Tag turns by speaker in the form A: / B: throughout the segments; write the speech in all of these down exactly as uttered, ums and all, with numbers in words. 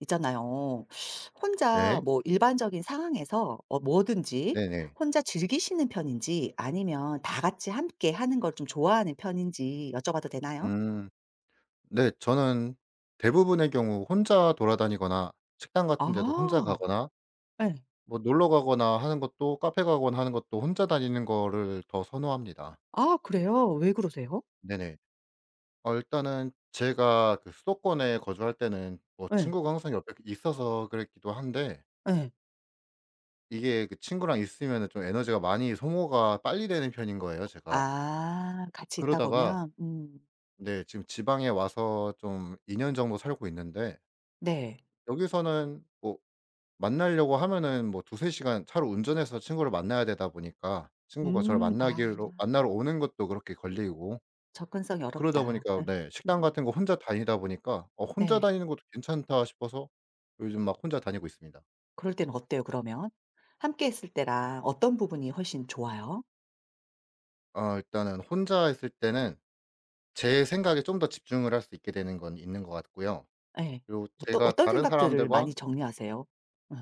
A: 있잖아요. 혼자
B: 네.
A: 뭐 일반적인 상황에서 어 뭐든지
B: 네네.
A: 혼자 즐기시는 편인지 아니면 다 같이 함께 하는 걸 좀 좋아하는 편인지 여쭤봐도 되나요?
B: 음. 네. 저는 대부분의 경우 혼자 돌아다니거나 식당 같은 데도 혼자
A: 아.
B: 가거나
A: 예.
B: 뭐 놀러 가거나 하는 것도 카페 가거나 하는 것도 혼자 다니는 거를 더 선호합니다.
A: 아 그래요? 왜 그러세요?
B: 네네. 어 일단은 제가 그 수도권에 거주할 때는 뭐
A: 예.
B: 친구가 항상 옆에 있어서 그랬기도 한데
A: 예.
B: 이게 그 친구랑 있으면은 좀 에너지가 많이 소모가 빨리 되는 편인 거예요 제가.
A: 아 같이 있다
B: 그러다가
A: 보면. 음.
B: 네 지금 지방에 와서 좀 이 년 정도 살고 있는데
A: 네.
B: 여기서는 뭐 만나려고 하면은 뭐 두세 시간 차로 운전해서 친구를 만나야 되다 보니까 친구가 저를
A: 음. 아.
B: 만나기로 만나러 오는 것도 그렇게 걸리고
A: 접근성이
B: 그러다
A: 어렵다.
B: 보니까
A: 예.
B: 네 식당
A: 음.
B: 같은 거 혼자 다니다 보니까 어 '혼자
A: 네.
B: 다니는 것도 괜찮다.' 싶어서 요즘 막 혼자 다니고 있습니다.
A: 그럴 때는 어때요 그러면? 함께 했을 때랑 어떤 부분이 훨씬 좋아요?
B: 아 일단은 혼자 있을 때는 제 생각에 좀 더 집중을 할 수 있게 되는 건 있는 것 같고요.
A: 예.
B: 그리고
A: 어떤
B: 제가
A: 어떤
B: 다른
A: 생각들을
B: 사람들과
A: 많이 정리하세요? 예.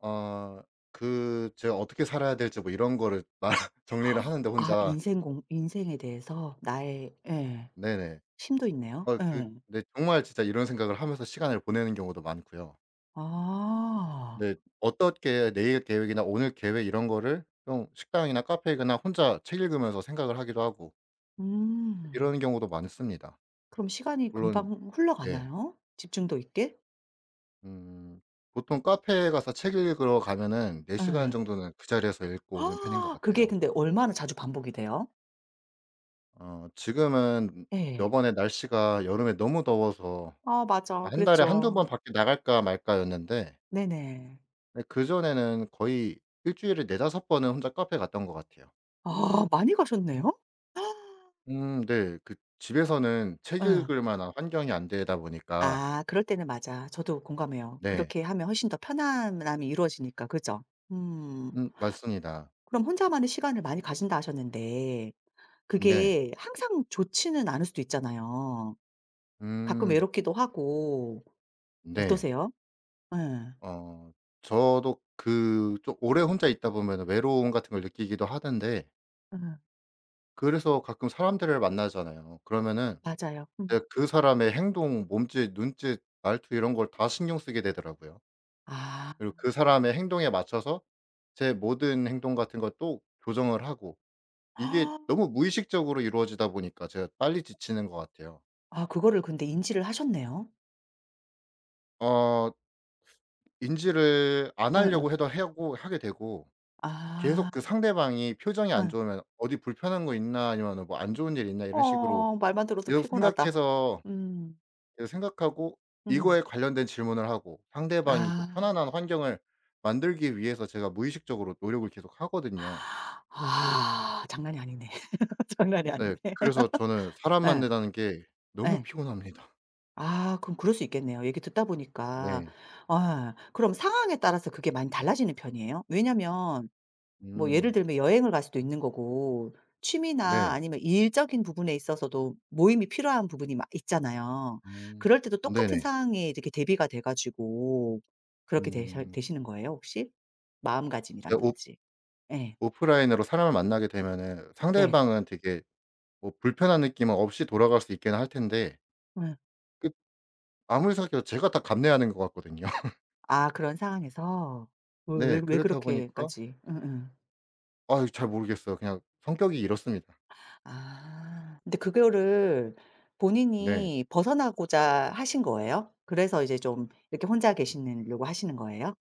B: 어 그 제가 어떻게 살아야 될지 뭐 이런 거를 말 정리를 하는데
A: 아
B: 혼자.
A: 인생 공 인생에 대해서 나의 예.
B: 네네.
A: 심도 있네요.
B: 어 그
A: 예.
B: 네 정말 진짜 이런 생각을 하면서 시간을 보내는 경우도 많고요.
A: 아.
B: 네 어떻게 내일 계획이나 오늘 계획 이런 거를 좀 식당이나 카페에 가나 혼자 책 읽으면서 생각을 하기도 하고
A: 음.
B: 이런 경우도 많습니다.
A: 그럼 시간이
B: 물론
A: 금방
B: 네.
A: 흘러가나요? 집중도 있게?
B: 음 보통 카페에 가서 책 읽으러 가면은 네 시간
A: 예.
B: 정도는 그 자리에서 읽고 오는 편인 것
A: 그게
B: 같아요.
A: 근데 얼마나 자주 반복이 돼요?
B: 어 지금은
A: 예.
B: 요번에 날씨가 여름에 너무 더워서
A: 아 맞아.
B: 한 달에 한두
A: 그랬죠.
B: 번 밖에 나갈까 말까.' 였는데
A: 네네.
B: 네 그전에는 거의 일 주일에 네다섯 번은 혼자 카페 갔던 것 같아요.
A: 아 많이 가셨네요?
B: 음 네. 그 집에서는 책
A: 예.
B: 읽을 만한 환경이 안 되다 보니까.
A: 아 그럴 때는 맞아. 저도 공감해요.
B: 네.
A: 그렇게 하면 훨씬 더 편안함이 이루어지니까 그죠? 음.
B: 음 맞습니다.
A: 그럼 혼자만의 시간을 많이 가진다 하셨는데
B: 네.
A: 그게 항상 좋지는 않을 수도 있잖아요. 가끔
B: 음
A: 외롭기도 하고
B: 네.
A: 어떠세요? 예.
B: 어 저도 그 좀 오래 혼자 있다 보면 외로움 같은 걸 느끼기도 하는데
A: 예.
B: 그래서 가끔 사람들을 만나잖아요. 그러면은
A: 맞아요. 음.
B: 제가 그 사람의 행동, 몸짓, 눈짓, 말투 이런 걸 다 신경 쓰게 되더라고요.
A: 아.
B: 그리고 그 사람의 행동에 맞춰서 제 모든 행동 같은 것도 조정을 하고 이게 너무 무의식적으로 이루어지다 보니까 제가 빨리 지치는 것 같아요.
A: 아 그거를 근데 인지를 하셨네요.
B: 어 인지를 안
A: 예예.
B: 하려고 해도 하고 하게 되고
A: 아.
B: 계속 그 상대방이 표정이 안
A: 예.
B: 좋으면 '어디 불편한 거 있나?' 아니면 '뭐 안 좋은 일 있나?' 이런 식으로
A: 어 말만 들어도
B: 계속
A: 피곤하다.
B: 생각해서
A: 음.
B: 계속 생각하고
A: 음.
B: 이거에 관련된 질문을 하고 상대방이 좀
A: 아.
B: 편안한 환경을 만들기 위해서 제가 무의식적으로 노력을 계속 하거든요.
A: 아 장난이 아니네. 장난이
B: 네.
A: 아니네.
B: 그래서 저는 사람
A: 예.
B: 만나다는 게 너무
A: 예.
B: 피곤합니다.
A: 아 그럼 그럴 수 있겠네요 얘기 듣다 보니까.
B: 네.
A: 아 그럼 상황에 따라서 그게 많이 달라지는 편이에요? 왜냐면 뭐 예를
B: 음.
A: 들면 여행을 갈 수도 있는 거고 취미나
B: 네.
A: 아니면 일적인 부분에 있어서도 모임이 필요한 부분이 막 있잖아요.
B: 음.
A: 그럴 때도 똑같은
B: 네네.
A: 상황에 이렇게 대비가 돼 가지고 그렇게 되셔
B: 음.
A: 되시는 거예요 혹시?
B: 제가 오
A: 마음가짐이라든지. 예.
B: 오프라인으로 사람을 만나게 되면은
A: 네.
B: 상대방은 되게 뭐 불편한 느낌은 없이 돌아갈 수 있긴 할 텐데
A: 응.
B: 그 아무리 생각해도 제가 다 감내하는 것 같거든요.
A: 아 그런 상황에서? 왜 왜
B: 네.
A: 왜
B: 그러다 보니까
A: 그렇게까지? 응, 응.
B: 아유 잘 모르겠어요. 그냥 성격이 이렇습니다.
A: 아. 근데 그거를
B: 네.
A: 본인이 벗어나고자 하신 거예요? 그래서 이제 좀 이렇게 혼자 계시려고 하시는 거예요?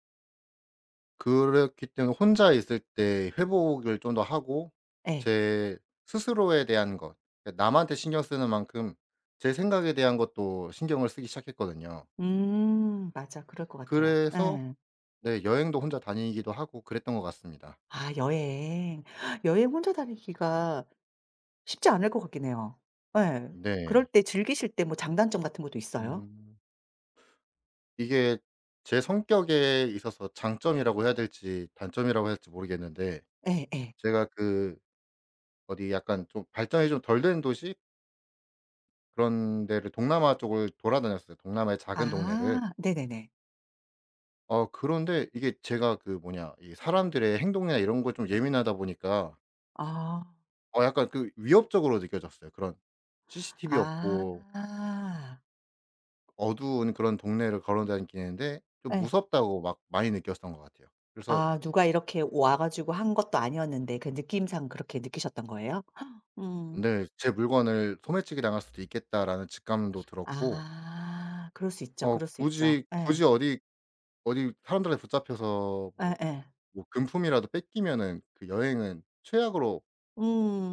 B: 그렇기 때문에 혼자 있을 때 회복을 좀 더 하고
A: 예.
B: 제 스스로에 대한 것, 그러니까 남한테 신경 쓰는 만큼 제 생각에 대한 것도 신경을 쓰기 시작했거든요.
A: 음. 맞아. 그럴 것 같아요.
B: 그래서
A: 예.
B: 네 여행도 혼자 다니기도 하고 그랬던 것 같습니다.
A: 아 여행. 여행 혼자 다니기가 쉽지 않을 것 같긴 해요. 예. 그럴
B: 네.
A: 때 즐기실 때 뭐 장단점 같은 것도 있어요?
B: 음. 이게 제 성격에 있어서 장점이라고 해야 될지 단점이라고 해야 될지 모르겠는데
A: 예예.
B: 제가 그 어디 약간 좀 발전이 좀 덜 된 도시 그런 데를 동남아 쪽을 돌아다녔어요. 동남아의 작은 동네를.
A: 아. 네네네.
B: 어 그런데 이게 제가 그 뭐냐 이 사람들의 행동이나 이런 거에 좀 예민하다 보니까
A: 아.
B: 어 약간 그 위협적으로 느껴졌어요. 그런 씨씨티비 없고
A: 아.
B: 어두운 그런 동네를 걸어 다니는데 좀
A: 예.
B: 무섭다고 막 많이 느꼈던 것 같아요. 그래서
A: 아 누가 이렇게 와 가지고 한 것도 아니었는데 그 느낌상 그렇게 느끼셨던 거예요? 음.
B: 네 '제 물건을 소매치기 당할 수도 있겠다.'라는 직감도 들었고
A: 아 그럴 수 있죠,
B: 어
A: 그럴 수 있죠.
B: 굳이
A: 예.
B: 굳이 어디 어디 사람들한테 붙잡혀서 뭐
A: 예예.
B: 뭐 금품이라도 뺏기면은 그 여행은 최악으로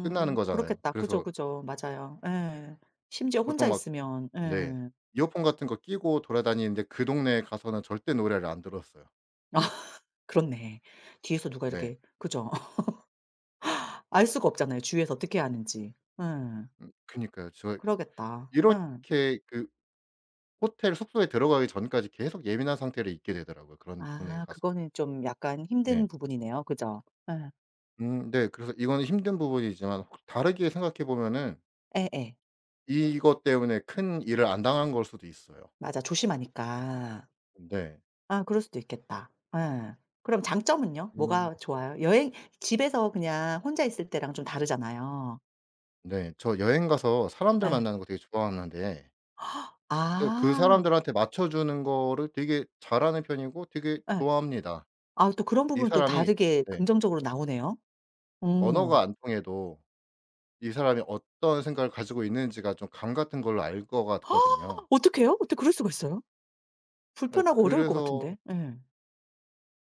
B: 끝나는 거잖아요.
A: 그렇겠다. 그죠,
B: 그래서
A: 그죠. 맞아요. 예. 심지어 혼자
B: 보통 막
A: 있으면
B: 네.
A: 예.
B: 이어폰 같은 거 끼고 돌아다니는데 그 동네에 가서는 절대 노래를 안 들었어요.
A: 아 그렇네. 뒤에서 누가
B: 네.
A: 이렇게 그죠. 알 수가 없잖아요, 주위에서 어떻게 하는지. 예.
B: 음 그니까요. 저
A: 그러겠다. 예.
B: 이렇게 그 호텔 숙소에 들어가기 전까지 계속 예민한 상태로 있게 되더라고요, 그런 동네에
A: 아
B: 가서.
A: 그거는 좀 약간
B: 네.
A: 힘든 부분이네요. 그죠? 예.
B: 음 네. 그래서 이거는 힘든 부분이지만 혹 다르게 생각해 보면은
A: 예예.
B: 이것 때문에 큰 일을 안 당한 걸 수도 있어요.
A: 맞아. 조심하니까.
B: 네.
A: 아 그럴 수도 있겠다. 예. 그럼 장점은요?
B: 음
A: 뭐가 좋아요? 여행 집에서 그냥 혼자 있을 때랑 좀 다르잖아요.
B: 네. 저 여행 가서 사람들
A: 예.
B: 만나는 거 되게 좋아하는데 또 그
A: 아
B: 사람들한테 맞춰 주는 거를 되게 잘하는 편이고 되게
A: 예.
B: 좋아합니다.
A: 아 또 그런
B: 이
A: 부분은 또
B: 사람이
A: 다르게
B: 네
A: 긍정적으로 나오네요.
B: 언어가
A: 어.
B: 안 통해도 이 사람이 어떤 생각을 가지고 있는지가 좀 감 같은 걸로 알 것 같거든요.
A: 어떡해요? 어떻게 그럴 수가 있어요?
B: 예
A: 불편하고 어려울 것
B: 그래서
A: 같은데. 예.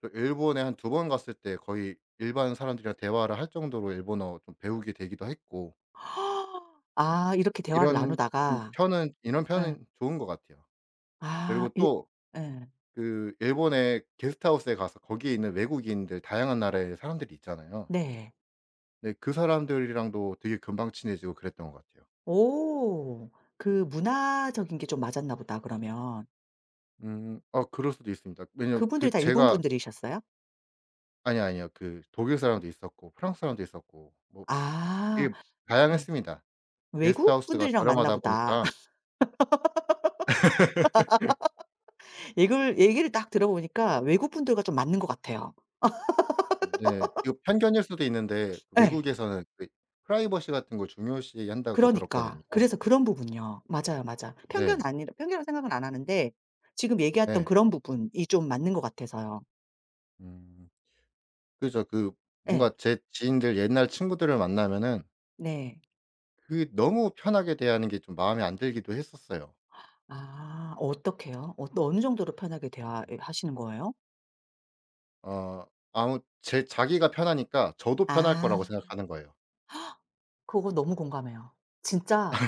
B: 저 일본에 한 두 번 갔을 때 거의 일반 사람들이랑 대화를 할 정도로 일본어 좀 배우게 되기도 했고
A: 아 이렇게 대화를
B: 이런 좀
A: 나누다가
B: 편은 이런
A: 예.
B: 편은 좋은 것 같아요.
A: 아
B: 그리고
A: 일
B: 또
A: 예.
B: 그 일본의 게스트하우스에 가서 거기에 있는 외국인들 다양한 나라의 사람들이 있잖아요.
A: 네.
B: 네 그 사람들이랑도 되게 금방 친해지고 그랬던 것 같아요.
A: 오. 그 문화적인 게 좀 맞았나 보다 그러면.
B: 음. 아 그럴 수도 있습니다. 왜냐면
A: 그분들이
B: 그
A: 다 일본
B: 제가
A: 분들이셨어요?
B: 아니요, 아니요. 그 독일 사람도 있었고 프랑스 사람도 있었고 뭐
A: 아.
B: 되게
A: 예.
B: 다양했습니다.
A: '외국
B: 게스트하우스가
A: 분들이랑 맞나
B: 저렴하다
A: 보다.'
B: 보니까
A: 얘글 얘기를 딱 들어보니까 외국 분들과 좀 맞는 것 같아요.
B: 네 이거 편견일 수도 있는데 그
A: 예.
B: 외국에서는 그 프라이버시 같은 걸 중요시한다고 들었거든요.
A: 그러니까. 그래서 그런 부분이요. 맞아요, 맞아. 편견
B: 네.
A: 아니 편견을 생각은 안 하는데 지금 얘기했던
B: 네.
A: 그런 부분이 좀 맞는 것 같아서요.
B: 음. 그죠. 그
A: 예.
B: 뭔가 제 지인들 옛날 친구들을 만나면은
A: 네.
B: 그 너무 편하게 대하는 게 좀 마음에 안 들기도 했었어요.
A: 아 어떻게요? 어 어느 정도로 편하게 대화하시는 거예요?
B: 어 아무 제 자기가 편하니까 저도 편할
A: 아.
B: 거라고 생각하는 거예요.
A: 그거 너무 공감해요. 진짜,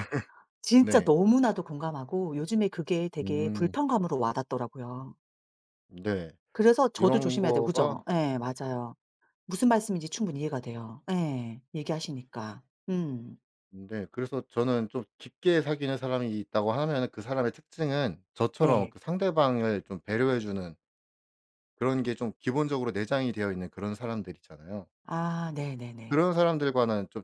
A: 진짜
B: 네.
A: 너무나도 공감하고 요즘에 그게 되게
B: 음.
A: 불편감으로 와 닿더라고요.
B: 네.
A: 그래서 저도
B: 이런
A: 조심해야 되고
B: 거가
A: 그죠? 예 맞아요. 무슨 말씀인지 충분히 이해가 돼요. 예. 얘기하시니까. 음.
B: 네. 그래서 저는 좀 깊게 사귀는 사람이 있다고 하면은 그 사람의 특징은 저처럼
A: 네.
B: 그 상대방을 좀 배려해 주는 그런 게 좀 기본적으로 내장이 되어 있는 그런 사람들 있잖아요.
A: 아 네네네.
B: 그런 사람들과는 좀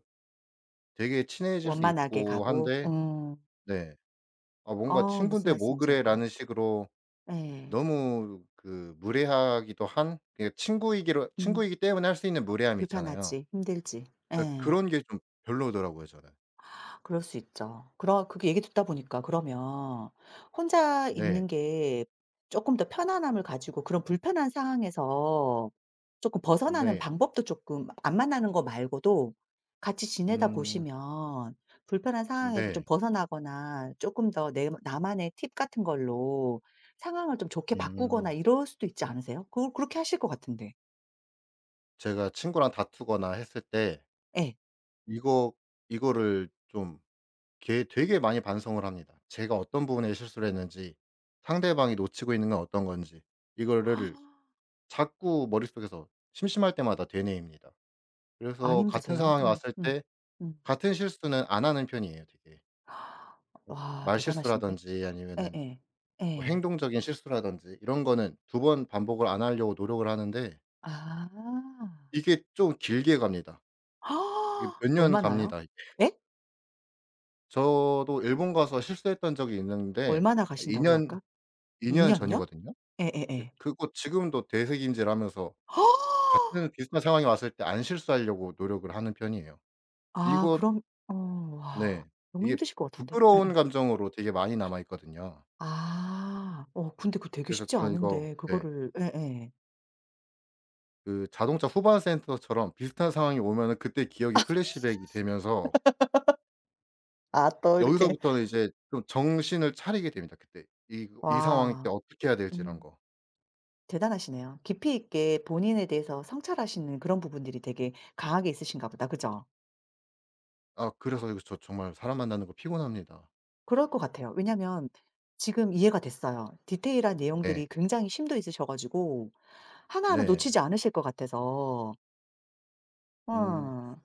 B: 되게 친해질 수
A: 원만하게
B: 있고
A: 가고
B: 한데
A: 음.
B: 네. 아 뭔가
A: 어 무슨
B: '친군데 뭐
A: 말씀인지 알 것 같아.
B: 그래.'라는 식으로
A: 예.
B: 너무 그 무례하기도 한 그게 친구이기로
A: 음.
B: 친구이기 때문에 할 수 있는 무례함이 있잖아요.
A: 불편하지, 힘들지.
B: 예
A: 예.
B: 그런 게 좀 별로더라고요 저는.
A: 그럴 수 있죠. 그러 그게 얘기 듣다 보니까 그러면 혼자
B: 네.
A: 있는 게 쪼끔 더 편안함을 가지고 그런 불편한 상황에서 쪼끔 벗어나는
B: 네.
A: 방법도 쪼끔 안 만나는 거 말고도 같이 지내다
B: 음.
A: 보시면 불편한 상황에서 좀
B: 네.
A: 벗어나거나 쪼끔 더 내 나만의 팁 같은 걸로 상황을 좀 좋게 바꾸거나
B: 음.
A: 이럴 수도 있지 않으세요? 그 그렇게 하실 것 같은데.
B: 제가 친구랑 다투거나 했을 때
A: 예.
B: 이거 이거를 좀 게 되게 많이 반성을 합니다. 제가 어떤 부분에 실수를 했는지 상대방이 놓치고 있는 건 어떤 건지 이거를 자꾸 머릿속에서 심심할 때마다 되뇌입니다.
A: 안
B: 그래서 같은
A: 힘드세요?
B: 상황에
A: 음
B: 왔을
A: 음
B: 때
A: 음.
B: 같은 실수는 안 하는 편이에요 되게.
A: 와 대단하신데.
B: 말실수라든지 아니면은
A: 예예.
B: 뭐
A: 예.
B: 행동적인 실수라든지 이런 거는 두 번 반복을 안 하려고 노력을 하는데
A: 아.
B: 이게 좀 길게 갑니다. 이게 몇 년
A: 얼마나요?
B: 갑니다.
A: 예?
B: 저도 일본 가서 실수했던 적이 있는데
A: 얼마나
B: 2
A: 가신다고요
B: 년
A: 아까?
B: 2
A: 이
B: 년
A: 년요?
B: 전이거든요. 그
A: 예예예.
B: 그거 지금도 대세김질하면서 같은 비슷한 상황이 왔을 때 안 실수하려고 노력을 하는 편이에요.
A: 아
B: 이것
A: 그럼 어 와
B: 네.
A: 너무
B: 이게
A: 힘드실 것 같은데. 예예.
B: 부끄러운 감정으로 되게 많이 남아 있거든요.
A: 아. 어 근데 그거 되게
B: 그래서
A: 쉽지
B: 저는 이거
A: 않은데
B: 네
A: 그거를 예예.
B: 그 자동차 후반 센터처럼 비슷한 상황이 오면은 그때 기억이 플래시백이 되면서
A: 아 또 이렇게
B: 여기서부터는 이제 좀 정신을 차리게 됩니다 그때. 이 이 상황일 때
A: 와
B: 어떻게 해야 될지 이런
A: 음
B: 거.
A: 대단하시네요. 깊이 있게 본인에 대해서 성찰하시는 그런 부분들이 되게 강하게 있으신가 보다. 그죠?
B: 아 그래서 이거 저 정말 사람 만나는 거 피곤합니다.
A: 그럴 것 같아요. 왜냐면 지금 이해가 됐어요. 디테일한
B: 네.
A: 내용들이 굉장히 심도 있으셔 가지고 하나하나
B: 네.
A: 놓치지 않으실 것 같아서.
B: 음
A: 어.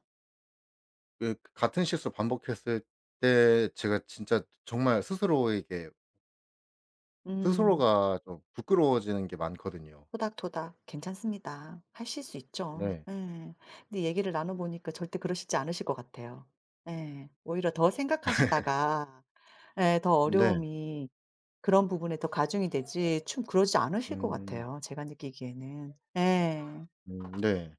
B: 그 같은 실수 반복했을 때 제가 진짜 정말 스스로에게
A: 음.
B: 스스로가 좀 부끄러워지는 게 많거든요.
A: 토닥토닥 괜찮습니다. 하실 수 있죠.
B: 네.
A: 예. 근데 얘기를 나눠 보니까 절대 그러시지 않으실 것 같아요. 예. 오히려 더 생각하시다가 예 더
B: 네.
A: 어려움이 그런 부분에 더 가중이 되지 좀 그러지 않으실 것
B: 음.
A: 같아요, 제가 느끼기에는. 예.
B: 음 네.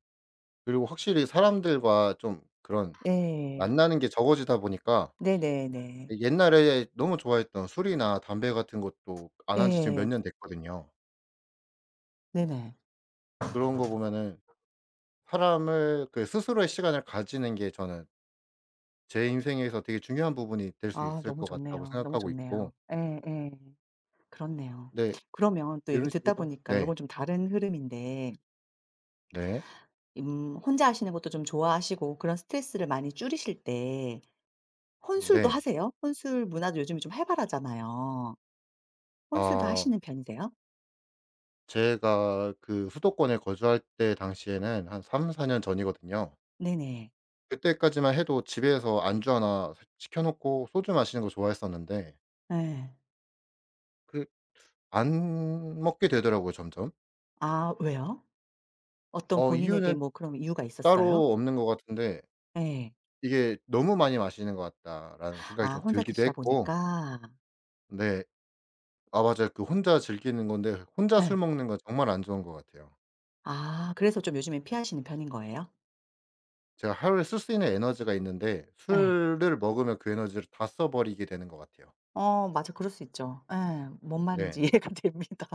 B: 그리고 확실히 사람들과 좀 그런
A: 예.
B: 만나는 게 적어지다 보니까
A: 네네네.
B: 옛날에 너무 좋아했던 술이나 담배 같은 것도 안 한 지 지금 몇
A: 예.
B: 년 됐거든요.
A: 네네.
B: 그런 거 보면은 사람을 그 스스로의 시간을 가지는 게 저는 제 인생에서 되게 중요한 부분이 될 수
A: 아
B: 있을
A: 너무
B: 것 같다고
A: 좋네요. 너무
B: 생각하고
A: 좋네요.
B: 있고
A: 예예. 그렇네요.
B: 네
A: 그러면 또 얘기
B: 이런
A: 듣다
B: 식으로.
A: 보니까
B: 네.
A: 요건 좀 다른 흐름인데
B: 네.
A: 음 혼자 하시는 것도 좀 좋아하시고 그런 스트레스를 많이 줄이실 때 혼술도
B: 네.
A: 하세요? 혼술 문화도 요즘에 좀 활발하잖아요. 혼술도
B: 아
A: 하시는 편이세요?
B: 제가 그 수도권에 거주할 때 당시에는 한 삼사 년 전이거든요.
A: 네네.
B: 그때까지만 해도 집에서 안주 하나 시 시켜 놓고 소주 마시는 거 좋아했었는데
A: 예.
B: 그 안 먹게 되더라고요 점점.
A: 아 왜요? 어떤
B: 어
A: 본인에게
B: 이유는
A: 뭐 그런 이유가 있었어요?
B: 따로 없는 것 같은데
A: 예.
B: 이게 '너무 많이 마시는 것 같다.'라는 생각이
A: 아
B: 좀
A: 혼자
B: 들기도
A: 드시다
B: 했고
A: 보니까.
B: 네. 아 맞아요. 그 혼자 즐기는 건데 혼자 술
A: 예.
B: 먹는 네 건 정말 안 좋은 것 같아요.
A: 아 그래서 좀 요즘에
B: 네.
A: 피하시는 편인 거예요?
B: 제가 하루에 쓸 수 있는 에너지가 있는데
A: 예.
B: 술을 먹으면 그 에너지를 다 써 버리게 되는 것 같아요.
A: 어 맞아. 그럴 수 있죠. 예. 뭔 말인지
B: 네.
A: 이해가 됩니다.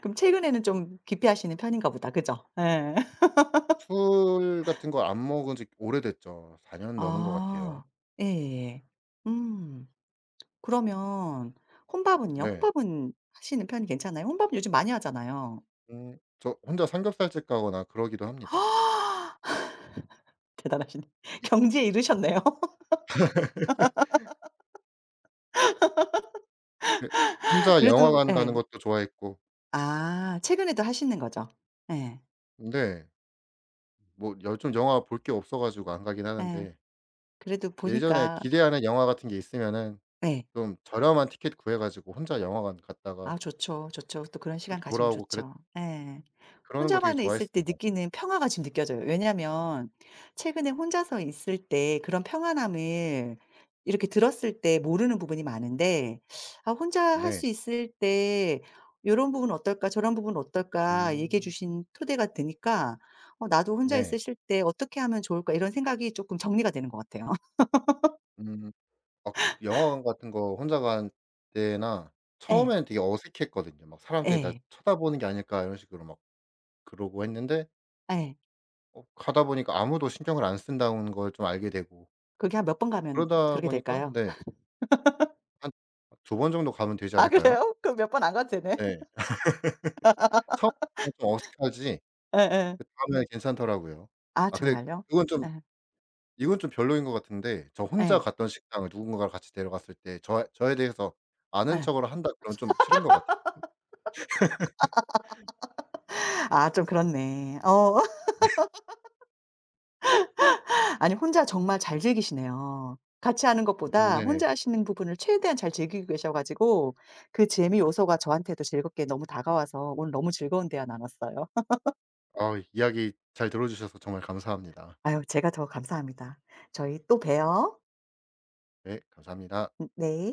A: 그럼 최근에는 좀 기피하시는 편인가 보다. 그죠? 예.
B: 술 같은 거 안 먹은 지 오래됐죠. 사 년 넘은 것 같아요.
A: 아. 예예 예. 음. 그러면 혼밥은요?
B: 네.
A: 혼밥은 하시는 편이 괜찮아요? 혼밥 요즘 많이 하잖아요.
B: 음 저 혼자 삼겹살집 가거나 그러기도 합니다.
A: 대단하시네.
B: 이
A: 경지에 이르셨네요.
B: 그 혼자
A: 그래도
B: 영화관 가는
A: 예.
B: 것도 좋아했고
A: 아 최근에도 하시는 거죠? 예.
B: 네. 뭐 요즘 영화 볼 게 없어 가지고 안 가긴
A: 예.
B: 하는데
A: 그래도
B: 예전에
A: 보니까
B: 기대하는 영화 같은 게 있으면은
A: 예.
B: 좀 저렴한 티켓 구해 가지고 혼자 영화관 갔다가
A: 아 좋죠, 좋죠. 또 그런 시간
B: 그렇게
A: 가지면
B: 돌아오고 그랬
A: 좋죠. 예.
B: 그러는 거 되게
A: 혼자만에 있을 때
B: 좋아했습니다.
A: 느끼는 평화가 지금 느껴져요. 왜냐면 최근에 혼자서 있을 때 그런 평안함을 이렇게 들었을 때 모르는 부분이 많은데 '아 혼자 할
B: 네.
A: 수 있을 때 요런 부분 어떨까? 저런 부분 어떨까?' 얘기해
B: 음.
A: 주신 토대가 되니까 어 '나도 혼자
B: 네.
A: 있으실 때 어떻게 하면 좋을까?' 이런 생각이 조금 정리가 되는 것 같아요.
B: 음. 막 영화관 같은 거 혼자 간 때나
A: 예.
B: 처음에는 되게 어색했거든요. 막 '사람들이 날
A: 예.
B: 쳐다보는 게 아닐까.' 이런 식으로 막 그러고 했는데
A: 예.
B: 어 가다 보니까 아무도 신경을 안 쓴다는 걸 좀 알게 되고
A: 그게 한 몇 번 가면
B: 그러다
A: 그렇게
B: 보니까
A: 될까요?
B: 네 한 두 번 정도 가면 되지
A: 아
B: 않을까요?
A: 그래요? 그럼 몇 번 안 가도 되네.
B: 네. 처음에는 좀 어색하지
A: 예예.
B: 그다음에는 괜찮더라고요.
A: 아
B: 아 근데
A: 정말요?
B: 그건 좀
A: 예.
B: 이건 좀 별로인 것 같은데 저 혼자
A: 예.
B: 갔던 식당을 누군가가 같이 데려갔을 때 저 저에 대해서 아는
A: 예.
B: 척을 한다 그러면 좀 싫은 것 같아요.
A: 아 좀 그렇네. 어. 아니 혼자 정말 잘 즐기시네요. 같이 하는
B: 음
A: 것보다
B: 네네.
A: 혼자 하시는 부분을 최대한 잘 즐기고 계셔 가지고 그 재미 요소가 저한테도 즐겁게 너무 다가와서 오늘 너무 즐거운 대화 나눴어요.
B: 아 이야기 잘 들어 주셔서 정말 감사합니다.
A: 아유 제가 더 감사합니다. 저희 또 봬요.
B: 네 감사합니다.
A: 음 네.